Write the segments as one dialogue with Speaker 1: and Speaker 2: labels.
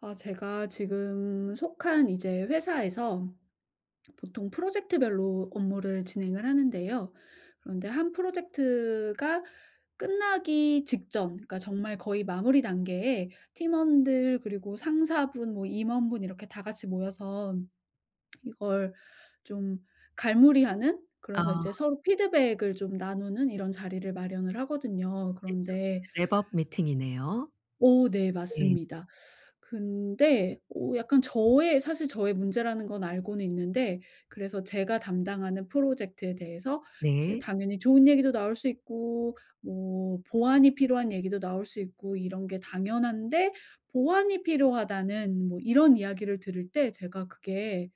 Speaker 1: 제가 지금 속한 회사에서 보통 프로젝트별로 업무를 진행을 하는데요. 그런데 한 프로젝트가 끝나기 직전, 그러니까 정말 거의 마무리 단계에 팀원들 그리고 상사분, 뭐 임원분 이렇게 다 같이 모여서 이걸 좀 갈무리하는,
Speaker 2: 아,
Speaker 1: 그래서 이제 서로 피드백을 좀 나누는 이런 자리를 마련을 하거든요.
Speaker 2: 일종의
Speaker 1: 그런데
Speaker 2: 랩업 미팅이네요.
Speaker 1: 오, 네
Speaker 2: 네.
Speaker 1: 맞습니다. 근데 약간 저의 문제라는 건 알고는 있는데 그래서 제가 담당하는 프로젝트에 대해서 이제
Speaker 2: 네.
Speaker 1: 당연히 좋은 얘기도 나올 수 있고 뭐 보완이 필요한 얘기도 나올 수 있고 이런 게 당연한데, 보완이 필요하다는 뭐 이런 이야기를 들을 때 제가 그게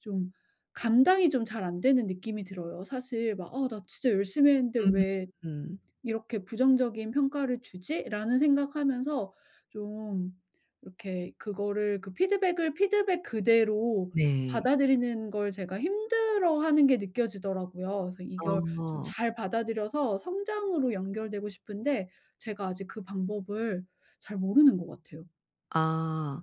Speaker 1: 좀 감당이 좀 잘 안 되는 느낌이 들어요. 사실 막 '아 나 진짜 열심히 했는데
Speaker 2: 음.
Speaker 1: 왜
Speaker 2: 음.
Speaker 1: 이렇게 부정적인 평가를 주지?'라는 생각하면서 좀 이렇게 그거를 그 피드백을, 피드백 그대로
Speaker 2: 네.
Speaker 1: 받아들이는 걸 제가 힘들어하는 게 느껴지더라고요. 그래서 이걸 좀
Speaker 2: 어.
Speaker 1: 잘 받아들여서 성장으로 연결되고 싶은데 제가 아직 그 방법을 잘 모르는 것 같아요.
Speaker 2: 아.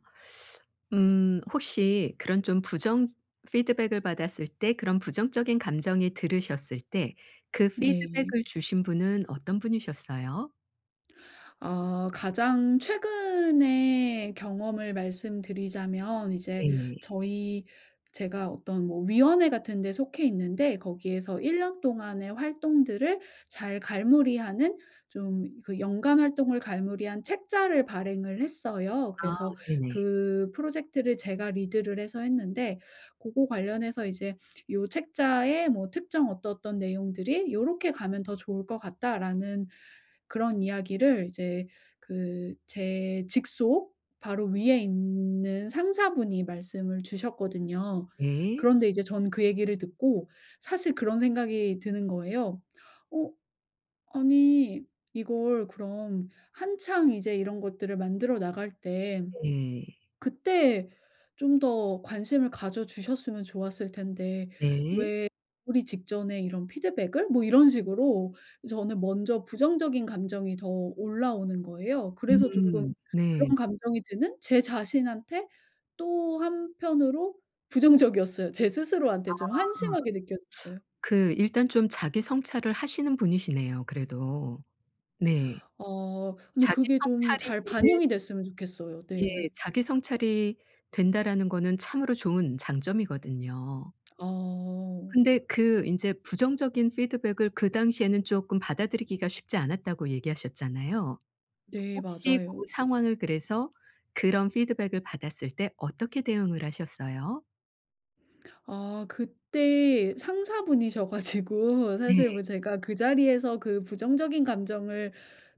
Speaker 2: 혹시 그런 좀 부정 피드백을 받았을 때, 그런 부정적인 감정이 들으셨을 때, 그
Speaker 1: 네.
Speaker 2: 피드백을 주신 분은 어떤 분이셨어요?
Speaker 1: 어, 가장 최근의 경험을 말씀드리자면 이제
Speaker 2: 네.
Speaker 1: 저희 제가 어떤 뭐 위원회 같은 데 속해 있는데, 거기에서 1년 동안의 활동들을 잘 갈무리하는, 좀 그 연간 활동을 갈무리한 책자를 발행을 했어요.
Speaker 2: 아,
Speaker 1: 그래서
Speaker 2: 네네.
Speaker 1: 그 프로젝트를 제가 리드를 해서 했는데, 그거 관련해서 이제 "요 책자에 뭐 특정 어떠어떤 내용들이 요렇게 가면 더 좋을 것 같다."라는 그런 이야기를 이제 그 제 직속 바로 위에 있는 상사분이 말씀을 주셨거든요.
Speaker 2: 네.
Speaker 1: 그런데 이제 전 그 얘기를 듣고 사실 그런 생각이 드는 거예요. '어 아니 이걸 그럼 한창 이제 이런 것들을 만들어 나갈 때,
Speaker 2: 네.
Speaker 1: 그때 좀 더 관심을 가져 주셨으면 좋았을 텐데
Speaker 2: 네.
Speaker 1: 왜 우리 직전에 이런 피드백을 뭐 이런 식으로.' 저는 먼저 부정적인 감정이 더 올라오는 거예요. 그래서 쪼끔
Speaker 2: 음. 네.
Speaker 1: 그런 감정이 드는 제 자신한테 또 한편으로 부정적이었어요. 제 스스로한테 좀 한심하게
Speaker 2: 아,
Speaker 1: 느껴졌어요.
Speaker 2: 그 일단 좀 자기 성찰을 하시는 분이시네요, 그래도. 네.
Speaker 1: 근데
Speaker 2: 자기
Speaker 1: 그게 좀
Speaker 2: 성찰이
Speaker 1: 잘
Speaker 2: 되는
Speaker 1: 반영이 됐으면 좋겠어요.
Speaker 2: 예,
Speaker 1: 네.
Speaker 2: 자기 성찰이 된다라는 거는 참으로 좋은 장점이거든요.
Speaker 1: 아.
Speaker 2: 근데 그 인제 부정적인 피드백을 그 당시에는 쪼끔 받아들이기가 쉽지 않았다고 얘기하셨잖아요.
Speaker 1: 네
Speaker 2: 혹시 고
Speaker 1: 맞아요.
Speaker 2: 상황을, 그래서 그런 피드백을 받았을 때 어떻게 대응을 하셨어요?
Speaker 1: 아 그때 상사분이셔 가지고 사실
Speaker 2: 네.
Speaker 1: 뭐 제가 그 자리에서 그 부정적인 감정을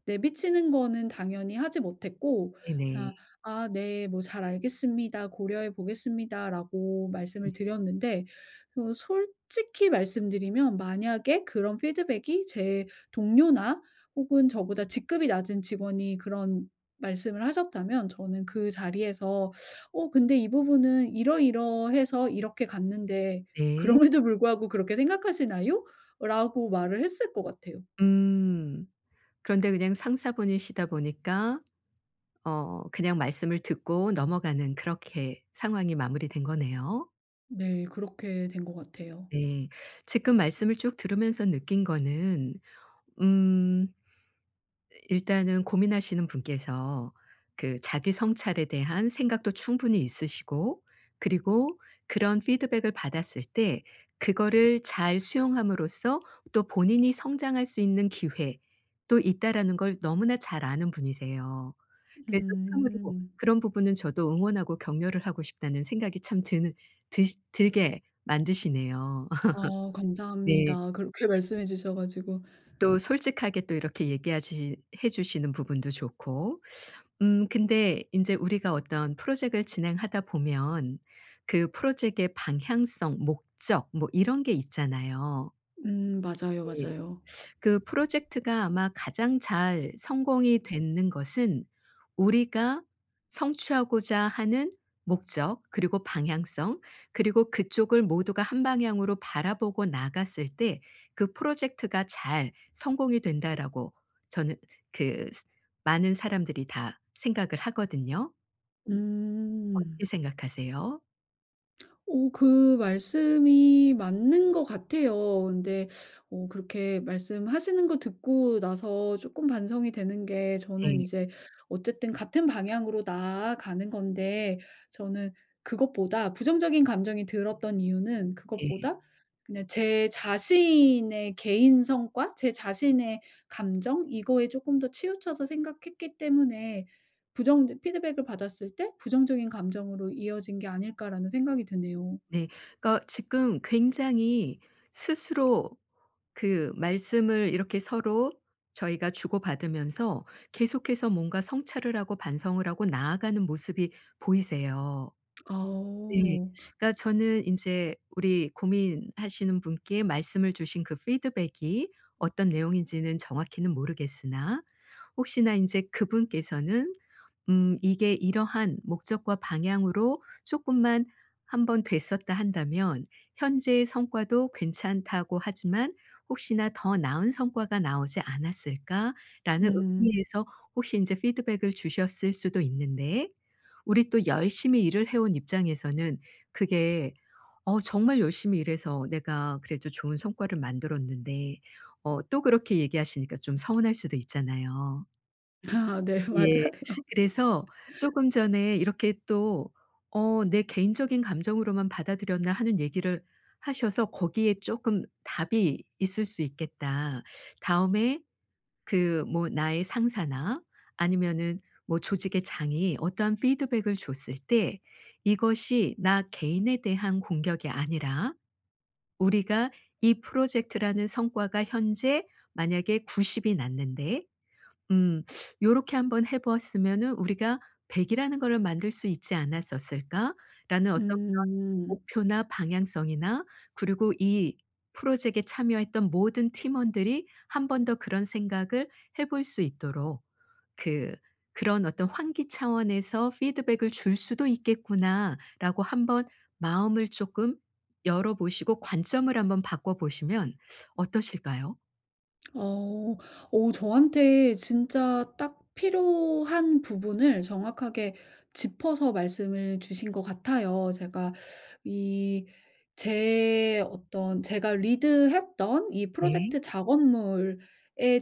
Speaker 1: 내비치는 거는 당연히 하지 못했고,
Speaker 2: 네네.
Speaker 1: 그냥 "아 네. 뭐 잘 알겠습니다. 고려해 보겠습니다."라고 말씀을 드렸는데, 솔직히 말씀드리면, 만약에 그런 피드백이 제 동료나 혹은 저보다 직급이 낮은 직원이 그런 말씀을 하셨다면 저는 그 자리에서 근데 이 부분은 이러이러해서 이렇게 갔는데
Speaker 2: 네.
Speaker 1: 그럼에도 불구하고 그렇게 생각하시나요? 라고 말을 했을 것 같아요.
Speaker 2: 음. 그런데 그냥 상사분이시다 보니까 그냥 말씀을 듣고 넘어가는, 그렇게 상황이 마무리된 거네요.
Speaker 1: 네 그렇게 된 것 같아요.
Speaker 2: 네. 지금 말씀을 쭉 들으면서 느낀 거는, 음 일단은 고민하시는 분께서 그 자기 성찰에 대한 생각도 충분히 있으시고, 그리고 그런 피드백을 받았을 때 그거를 잘 수용함으로써 또 본인이 성장할 수 있는 기회도 있다라는 걸 너무나 잘 아는 분이세요. 그래서 참으로
Speaker 1: 음.
Speaker 2: 그런 부분은 저도 응원하고 격려를 하고 싶다는 생각이 참 드는 드시 들게 만드시네요.
Speaker 1: 아
Speaker 2: 네.
Speaker 1: 감사합니다. 그렇게 말씀해 주셔 가지고.
Speaker 2: 또 솔직하게 또 이렇게 얘기하시 해 주시는 부분도 좋고, 근데 이제 우리가 어떤 프로젝트를 진행하다 보면 그 프로젝트의 방향성, 목적, 뭐 이런 게 있잖아요.
Speaker 1: 맞아요,
Speaker 2: 네.
Speaker 1: 맞아요.
Speaker 2: 그 프로젝트가 아마 가장 잘 성공이 되는 것은, 우리가 성취하고자 하는 목적, 그리고 방향성, 그리고 그쪽을 모두가 한 방향으로 바라보고 나갔을 때 그 프로젝트가 잘 성공이 된다라고, 저는 그 스 많은 사람들이 다 생각을 하거든요. 어떻게
Speaker 1: 음.
Speaker 2: 생각하세요?
Speaker 1: 그 말씀이 맞는 것 같아요. 근데 그렇게 말씀하시는 거 듣고 나서 조금 반성이 되는 게, 저는
Speaker 2: 네.
Speaker 1: 이제 어쨌든 같은 방향으로 나아가는 건데, 저는 그것보다 부정적인 감정이 들었던 이유는
Speaker 2: 네.
Speaker 1: 그것보다 그냥 제 자신의 개인 성과, 제 자신의 감정 이거에 조금 더 치우쳐서 생각했기 때문에 부정 피드백을 받았을 때 '부정적인 감정으로 이어진 게 아닐까.'라는 생각이 드네요.
Speaker 2: 네. 그러니까 지금 굉장히 스스로 그 말씀을 이렇게 서로 저희가 주고받으면서 계속해서 뭔가 성찰을 하고 반성을 하고 나아가는 모습이 보이세요.
Speaker 1: 아
Speaker 2: 네.
Speaker 1: 어.
Speaker 2: 그러니까 저는 인제 우리 고민하시는 분께 말씀을 주신 그 피드백이 어떤 내용인지는 정확히는 모르겠으나, 혹시나 인제 그분께서는 이게 이러한 목적과 방향으로 조금만 한번 됐었다 한다면, 현재의 성과도 괜찮다고 하지만 '혹시나 더 나은 성과가 나오지 않았을까?'라는
Speaker 1: 음.
Speaker 2: 의미에서 혹시 이제 피드백을 주셨을 수도 있는데, 우리 또 열심히 일을 해온 입장에서는 그게 '어 정말 열심히 일해서 내가 그래도 좋은 성과를 만들었는데' 또 그렇게 얘기하시니까 좀 서운할 수도 있잖아요.
Speaker 1: 아 네.
Speaker 2: 예.
Speaker 1: 맞아요.
Speaker 2: 그래서 조금 전에 이렇게 또 '내 개인적인 감정으로만 받아들였나.' 하는 얘기를 하셔서 거기에 쪼끔 답이 있을 수 있겠다. 다음에 그 뭐 나의 상사나 아니면은 뭐 조직의 장이 어떠한 피드백을 줬을 때 이것이 나 개인에 대한 공격이 아니라, 우리가 이 프로젝트라는 성과가 현재 만약에 90이 났는데 음. 요렇게 한번 해 보았으면은 '우리가 100 이라는 거를 만들 수 있지 않았었을까?'라는 어떤 그런
Speaker 1: 음.
Speaker 2: 목표나 방향성이나, 그리고 이 프로젝트에 참여했던 모든 팀원들이 한 번 더 그런 생각을 해볼 수 있도록, 그 그런 어떤 '환기 차원에서 피드백을 줄 수도 있겠구나.'라고 한번 마음을 조금 열어 보시고 관점을 한번 바꿔 보시면 어떠실까요?
Speaker 1: 어. 저한테 진짜 딱 필요한 부분을 정확하게 짚어서 말씀을 주신 것 같아요. 이 제가 리드했던 이 프로젝트
Speaker 2: 네.
Speaker 1: 작업물에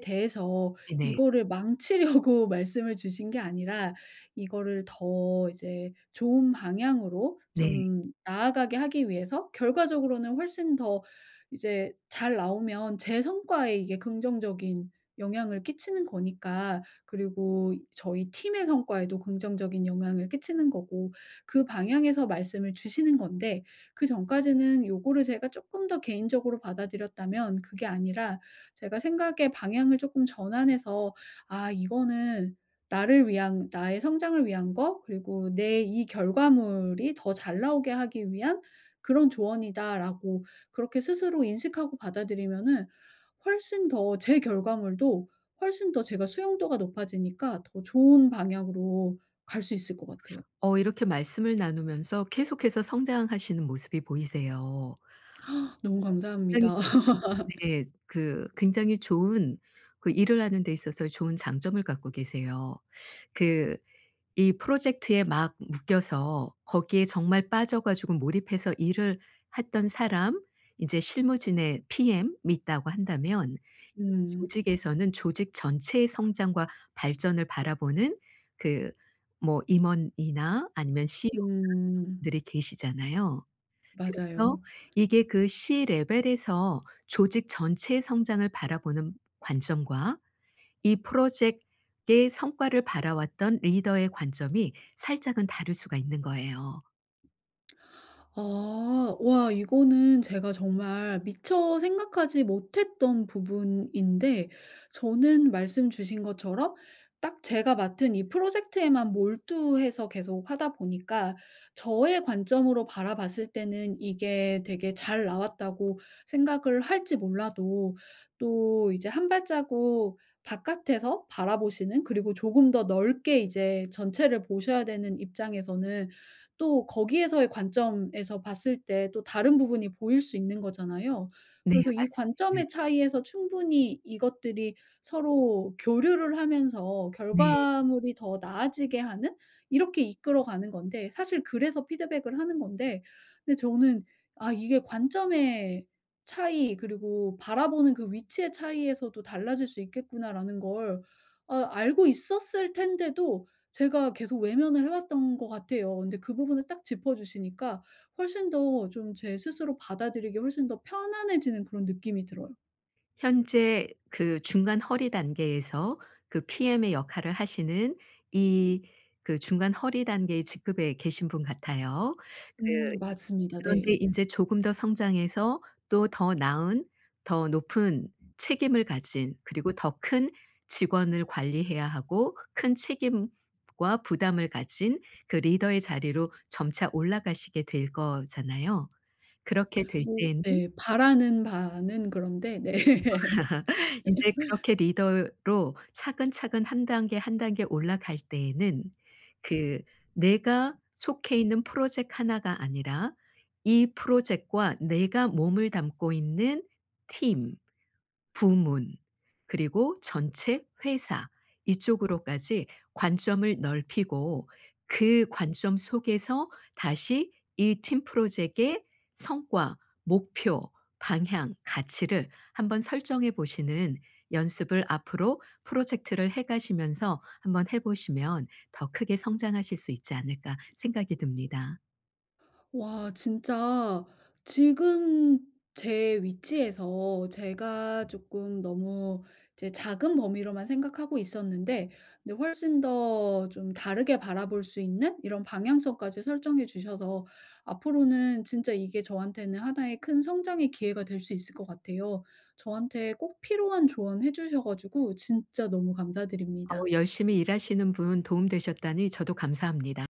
Speaker 1: 대해서
Speaker 2: 네네.
Speaker 1: 이거를 망치려고 말씀을 주신 게 아니라, 이거를 더 이제 좋은 방향으로
Speaker 2: 네. 네.
Speaker 1: 좀 나아가게 하기 위해서, 결과적으로는 훨씬 더 이제 잘 나오면 제 성과에 이게 긍정적인 영향을 끼치는 거니까, 그리고 저희 팀의 성과에도 긍정적인 영향을 끼치는 거고, 그 방향에서 말씀을 주시는 건데. 그전까지는 요거를 제가 쪼끔 더 개인적으로 받아들였다면, 그게 아니라 제가 생각의 방향을 쪼끔 전환해서 '아 이거는 나를 위한, 나의 성장을 위한 거, 그리고 내 이 결과물이 더 잘 나오게 하기 위한 그런 조언이다.'라고 그렇게 스스로 인식하고 받아들이면은 훨씬 더 제 결과물도, 훨씬 더 제가 수용도가 높아지니까 더 좋은 방향으로 갈 수 있을 것 같아요.
Speaker 2: 이렇게 말씀을 나누면서 계속해서 성장하시는 모습이 보이세요.
Speaker 1: 너무
Speaker 2: 굉장히
Speaker 1: 감사합니다.
Speaker 2: 좋 네. 그 굉장히 좋은 그 일을 하는 데 있어서 좋은 장점을 갖고 계세요. 그 이 프로젝트에 막 묶여서 거기에 정말 빠져 가지고 몰입해서 일을 했던 사람, 이제 실무진의 PM이 있다고 한다면,
Speaker 1: 음.
Speaker 2: 조직에서는 조직 전체의 성장과 발전을 바라보는 그 뭐 임원이나 아니면 CEO 이
Speaker 1: 음.
Speaker 2: 분들이 계시잖아요. 그래서
Speaker 1: 맞아요.
Speaker 2: 이게 그 C 레벨에서 조직 전체의 성장을 바라보는 관점과 이 프로젝트의 성과를 바라왔던 리더의 관점이 살짝은 다를 수가 있는 거예요.
Speaker 1: 아. 와 이거는 제가 정말 미처 생각하지 못했던 부분인데, 저는 말씀 주신 것처럼 딱 제가 맡은 이 프로젝트에만 몰두해서 계속 하다 보니까 저의 관점으로 바라봤을 때는 이게 되게 잘 나왔다고 생각을 할지 몰라도, 또 이제 한 발자국 바깥에서 바라보시는, 그리고 조금 더 넓게 이제 전체를 보셔야 되는 입장에서는 또 거기에서의 관점에서 봤을 때 또 다른 부분이 보일 수 있는 거잖아요.
Speaker 2: 네
Speaker 1: 그래서 이 관점의
Speaker 2: 맞습니다.
Speaker 1: 차이에서 충분히 이것들이 서로 교류를 하면서
Speaker 2: 네.
Speaker 1: 결과물이 더 나아지게 하는, 이렇게 이끌어 가는 건데, 사실 그래서 피드백을 하는 건데. 근데 저는 이게 관점의 차이, 그리고 바라보는 그 위치의 차이에서도 달라질 수 있겠구나라는 걸 알고 있었을 텐데도 제가 계속 외면을 해 왔던 것 같아요. 근데 그 부분을 딱 짚어 주시니까 훨씬 더 좀 제 스스로 받아들이기 훨씬 더 편안해지는 그런 느낌이 들어요.
Speaker 2: 현재 그 중간 허리 단계에서 그 PM의 역할을 하시는 이, 그 중간 허리 단계의 직급에 계신 분 같아요. 그
Speaker 1: 맞습니다.
Speaker 2: 그런데
Speaker 1: 네.
Speaker 2: 인제 조금 더 성장해서 또 더 나은, 더 높은 책임을 가진, 그리고 더 큰 직원을 관리해야 하고 큰 책임과 부담을 가진 그 리더의 자리로 점차 올라가시게 될 거잖아요. 그렇게 될
Speaker 1: 뭐
Speaker 2: 때에는,
Speaker 1: 네 바라는 바는 그런데 네.
Speaker 2: 이제 그렇게 리더로 차근차근 한 단계 한 단계 올라갈 때에는, 그 내가 속해 있는 프로젝트 하나가 아니라 이 프로젝트와 내가 몸을 담고 있는 팀, 부문, 그리고 전체 회사, 이쪽으로까지 관점을 넓히고, 그 관점 속에서 다시 이 팀 프로젝트의 성과, 목표, 방향, 가치를 한번 설정해 보시는 연습을 앞으로 프로젝트를 해 가시면서 한번 해 보시면 더 크게 성장하실 수 있지 않을까 생각이 듭니다.
Speaker 1: 와 진짜 지금 제 위치에서 제가 조금 너무 이제 작은 범위로만 생각하고 있었는데 근데 훨씬 더 좀 다르게 바라볼 수 있는 이런 방향성까지 설정해 주셔서 앞으로는 진짜 이게 저한테는 하나의 큰 성장의 기회가 될 수 있을 것 같아요. 저한테 꼭 필요한 조언 해 주셔 가지고 진짜 너무
Speaker 2: 어우,
Speaker 1: 감사드립니다.
Speaker 2: 열심히 일하시는 분 도움 되셨다니 저도 감사합니다.